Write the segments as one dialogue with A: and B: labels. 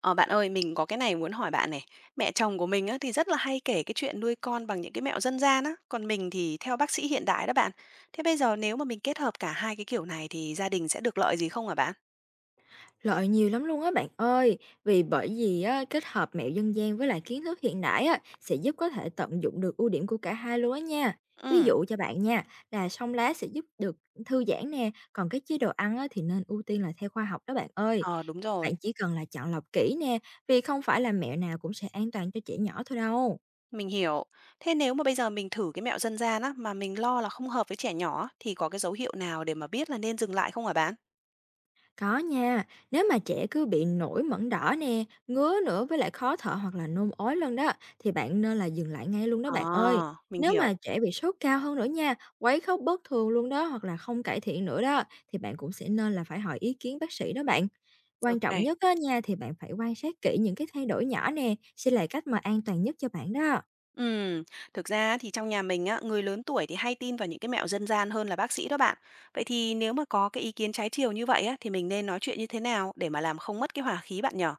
A: Ờ, bạn ơi, mình có cái này muốn hỏi bạn này. Mẹ chồng của mình á, thì rất là hay kể cái chuyện nuôi con bằng những cái mẹo dân gian á. Còn mình thì theo bác sĩ hiện đại đó bạn. Thế bây giờ nếu mà mình kết hợp cả hai cái kiểu này thì gia đình sẽ được lợi gì không hả bạn?
B: Loại nhiều lắm luôn á bạn ơi, bởi vì á, kết hợp mẹo dân gian với lại kiến thức hiện đại á, sẽ giúp có thể tận dụng được ưu điểm của cả hai luôn á nha. Ví
A: Ừ.
B: dụ cho bạn nha, là song lá sẽ giúp được thư giãn nè, còn cái chế độ ăn á, thì nên ưu tiên là theo khoa học đó bạn ơi.
A: Ờ, đúng
B: Bạn
A: rồi,
B: chỉ cần là chọn lọc kỹ nè, vì không phải là mẹo nào cũng sẽ an toàn cho trẻ nhỏ thôi đâu.
A: mình hiểu. Thế nếu mà bây giờ mình thử cái mẹo dân gian á, mà mình lo là không hợp với trẻ nhỏ á, thì có cái dấu hiệu nào để mà biết là nên dừng lại không hả bạn?
B: Có nha, nếu mà trẻ cứ bị nổi mẩn đỏ nè, ngứa nữa với lại khó thở hoặc là nôn ói lên đó, thì bạn nên là dừng lại ngay luôn đó
A: Ờ,
B: bạn ơi.
A: mình
B: Nếu
A: hiểu.
B: mà trẻ bị sốt cao hơn nữa nha, quấy khóc bất thường luôn đó hoặc là không cải thiện nữa đó, thì bạn cũng sẽ nên là phải hỏi ý kiến bác sĩ đó bạn. Quan trọng
A: Ok.
B: nhất á nha, thì bạn phải quan sát kỹ những cái thay đổi nhỏ nè, sẽ là cách mà an toàn nhất cho bạn đó.
A: Ừm, thực ra thì trong nhà mình á, người lớn tuổi thì hay tin vào những cái mẹo dân gian hơn là bác sĩ đó bạn. Vậy thì nếu mà có cái ý kiến trái chiều như vậy á, thì mình nên nói chuyện như thế nào để mà làm không mất cái hòa khí bạn nhở?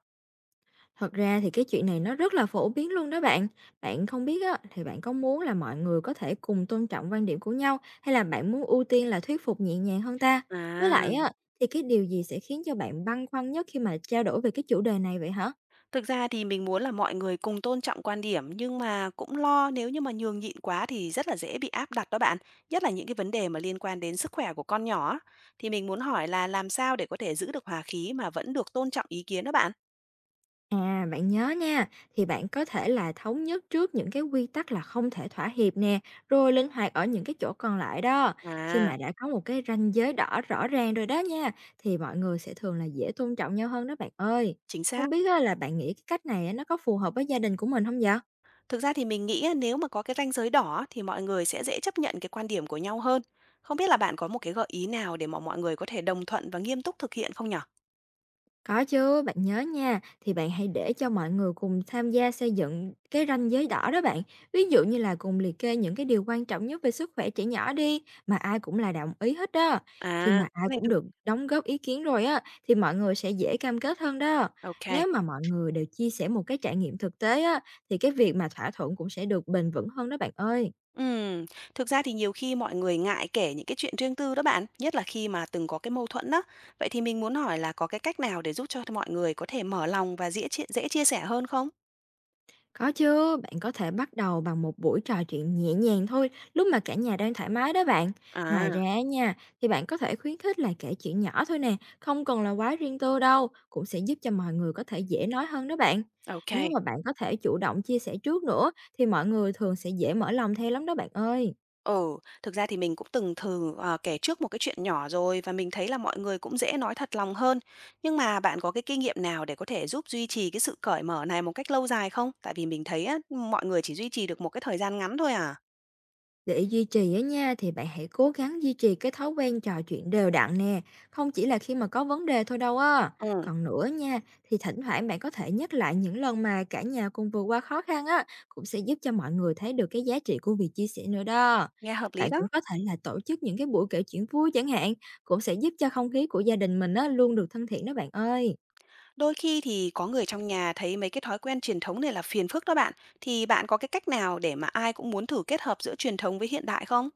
B: Thật ra thì cái chuyện này nó rất là phổ biến luôn đó bạn. Bạn không biết á, thì bạn có muốn là mọi người có thể cùng tôn trọng quan điểm của nhau, hay là bạn muốn ưu tiên là thuyết phục nhẹ nhàng hơn ta? Với lại
A: À,
B: á, thì cái điều gì sẽ khiến cho bạn băn khoăn nhất khi mà trao đổi về cái chủ đề này vậy hả?
A: thực ra thì mình muốn là mọi người cùng tôn trọng quan điểm nhưng mà cũng lo nếu như mà nhường nhịn quá thì rất là dễ bị áp đặt đó bạn. Nhất là những cái vấn đề mà liên quan đến sức khỏe của con nhỏ á. Thì mình muốn hỏi là làm sao để có thể giữ được hòa khí mà vẫn được tôn trọng ý kiến đó bạn?
B: À, bạn nhớ nha, thì bạn có thể là thống nhất trước những cái quy tắc là không thể thỏa hiệp nè, rồi linh hoạt ở những cái chỗ còn lại đó. Khi
A: À,
B: mà đã có một cái ranh giới đỏ rõ ràng rồi đó nha, thì mọi người sẽ thường là dễ tôn trọng nhau hơn đó bạn ơi.
A: chính xác.
B: Không biết á, là bạn nghĩ cái cách này á, nó có phù hợp với gia đình của mình không vậy?
A: Thực ra thì mình nghĩ á, nếu mà có cái ranh giới đỏ á, thì mọi người sẽ dễ chấp nhận cái quan điểm của nhau hơn. Không biết là bạn có một cái gợi ý nào để mà mọi người có thể đồng thuận và nghiêm túc thực hiện không nhở?
B: Có chứ, bạn nhớ nha, thì bạn hãy để cho mọi người cùng tham gia xây dựng cái ranh giới đỏ đó bạn. Ví dụ như là cùng liệt kê những cái điều quan trọng nhất về sức khỏe trẻ nhỏ đi, mà ai cũng là đồng ý hết đó. Khi
A: À,
B: mà
A: cái
B: ai
A: này
B: cũng
A: được.
B: được đóng góp ý kiến rồi á, thì mọi người sẽ dễ cam kết hơn đó.
A: OK.
B: Nếu mà mọi người đều chia sẻ một cái trải nghiệm thực tế á, thì cái việc mà thỏa thuận cũng sẽ được bền vững hơn đó bạn ơi.
A: Ừm, thực ra thì nhiều khi mọi người ngại kể những cái chuyện riêng tư đó bạn, nhất là khi mà từng có cái mâu thuẫn đó. Vậy thì mình muốn hỏi là có cái cách nào để giúp cho mọi người có thể mở lòng và dễ chia sẻ hơn không?
B: Có chứ, bạn có thể bắt đầu bằng một buổi trò chuyện nhẹ nhàng thôi, lúc mà cả nhà đang thoải mái đó bạn. Ngoài
A: À,
B: ra nha, thì bạn có thể khuyến khích là kể chuyện nhỏ thôi nè, không cần là quá riêng tư đâu, cũng sẽ giúp cho mọi người có thể dễ nói hơn đó bạn. Nếu
A: OK.
B: mà bạn có thể chủ động chia sẻ trước nữa, thì mọi người thường sẽ dễ mở lòng theo lắm đó bạn ơi.
A: Ừ, thực ra thì mình cũng từng thử, kể trước một cái chuyện nhỏ rồi và mình thấy là mọi người cũng dễ nói thật lòng hơn. Nhưng mà bạn có cái kinh nghiệm nào để có thể giúp duy trì cái sự cởi mở này một cách lâu dài không? Tại vì mình thấy á, mọi người chỉ duy trì được một cái thời gian ngắn thôi à.
B: Để duy trì á nha, thì bạn hãy cố gắng duy trì cái thói quen trò chuyện đều đặn nè, không chỉ là khi mà có vấn đề thôi đâu á.
A: Ừ,
B: Còn nữa nha, thì thỉnh thoảng bạn có thể nhắc lại những lần mà cả nhà cùng vượt qua khó khăn á, cũng sẽ giúp cho mọi người thấy được cái giá trị của việc chia sẻ nữa đó.
A: nghe hợp lý
B: Bạn
A: đó.
B: cũng có thể là tổ chức những cái buổi kể chuyện vui chẳng hạn, cũng sẽ giúp cho không khí của gia đình mình á luôn được thân thiện đó bạn ơi.
A: Đôi khi thì có người trong nhà thấy mấy cái thói quen truyền thống này là phiền phức đó bạn. Thì bạn có cái cách nào để mà ai cũng muốn thử kết hợp giữa truyền thống với hiện đại không?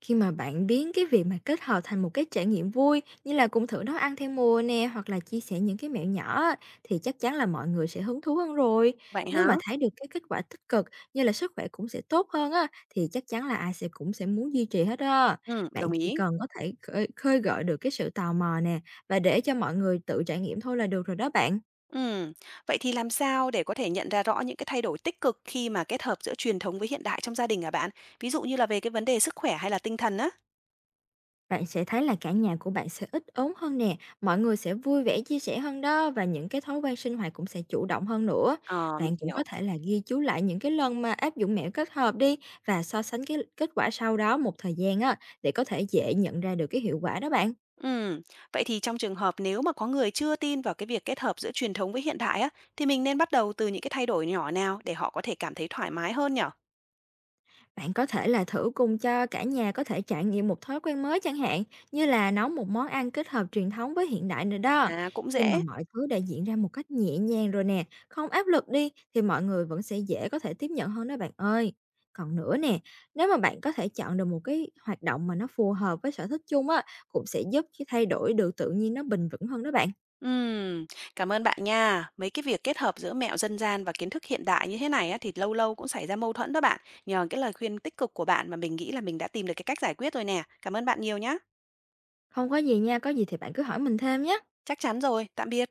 B: Khi mà bạn biến cái việc mà kết hợp thành một cái trải nghiệm vui, như là cùng thử nấu ăn theo mùa nè, hoặc là chia sẻ những cái mẹo nhỏ á, thì chắc chắn là mọi người sẽ hứng thú hơn rồi.
A: Vậy
B: Nếu
A: hả?
B: mà thấy được cái kết quả tích cực, như là sức khỏe cũng sẽ tốt hơn á, thì chắc chắn là ai cũng sẽ muốn duy trì hết á.
A: Ừ,
B: Bạn
A: đồng
B: chỉ
A: ý.
B: cần có thể khơi gợi được cái sự tò mò nè, và để cho mọi người tự trải nghiệm thôi là được rồi đó bạn.
A: Ừm, vậy thì làm sao để có thể nhận ra rõ những cái thay đổi tích cực khi mà kết hợp giữa truyền thống với hiện đại trong gia đình hả bạn? Ví dụ như là về cái vấn đề sức khỏe hay là tinh thần á?
B: Bạn sẽ thấy là cả nhà của bạn sẽ ít ốm hơn nè, mọi người sẽ vui vẻ chia sẻ hơn đó, và những cái thói quen sinh hoạt cũng sẽ chủ động hơn nữa.
A: Ờ, mình
B: Bạn cũng
A: hiểu.
B: có thể là ghi chú lại những cái lần mà áp dụng mẹo kết hợp đi, và so sánh cái kết quả sau đó một thời gian á, để có thể dễ nhận ra được cái hiệu quả đó bạn.
A: Ừm, vậy thì trong trường hợp nếu mà có người chưa tin vào cái việc kết hợp giữa truyền thống với hiện đại á, thì mình nên bắt đầu từ những cái thay đổi nhỏ nào để họ có thể cảm thấy thoải mái hơn nhở?
B: Bạn có thể là thử cùng cho cả nhà có thể trải nghiệm một thói quen mới chẳng hạn, như là nấu một món ăn kết hợp truyền thống với hiện đại nữa đó.
A: À, cũng
B: Khi mà
A: dễ.
B: mọi thứ đã diễn ra một cách nhẹ nhàng rồi nè, không áp lực đi, thì mọi người vẫn sẽ dễ có thể tiếp nhận hơn đó bạn ơi. Còn nữa nè, nếu mà bạn có thể chọn được một cái hoạt động mà nó phù hợp với sở thích chung á, cũng sẽ giúp cái thay đổi được tự nhiên nó bình vững hơn đó bạn.
A: Ừm, cảm ơn bạn nha. Mấy cái việc kết hợp giữa mẹo dân gian và kiến thức hiện đại như thế này á, thì lâu lâu cũng xảy ra mâu thuẫn đó bạn. Nhờ cái lời khuyên tích cực của bạn mà mình nghĩ là mình đã tìm được cái cách giải quyết rồi nè. Cảm ơn bạn nhiều nhá.
B: Không có gì nha, có gì thì bạn cứ hỏi mình thêm nhé.
A: Chắc chắn rồi. Tạm biệt.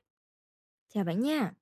B: Chào bạn nha.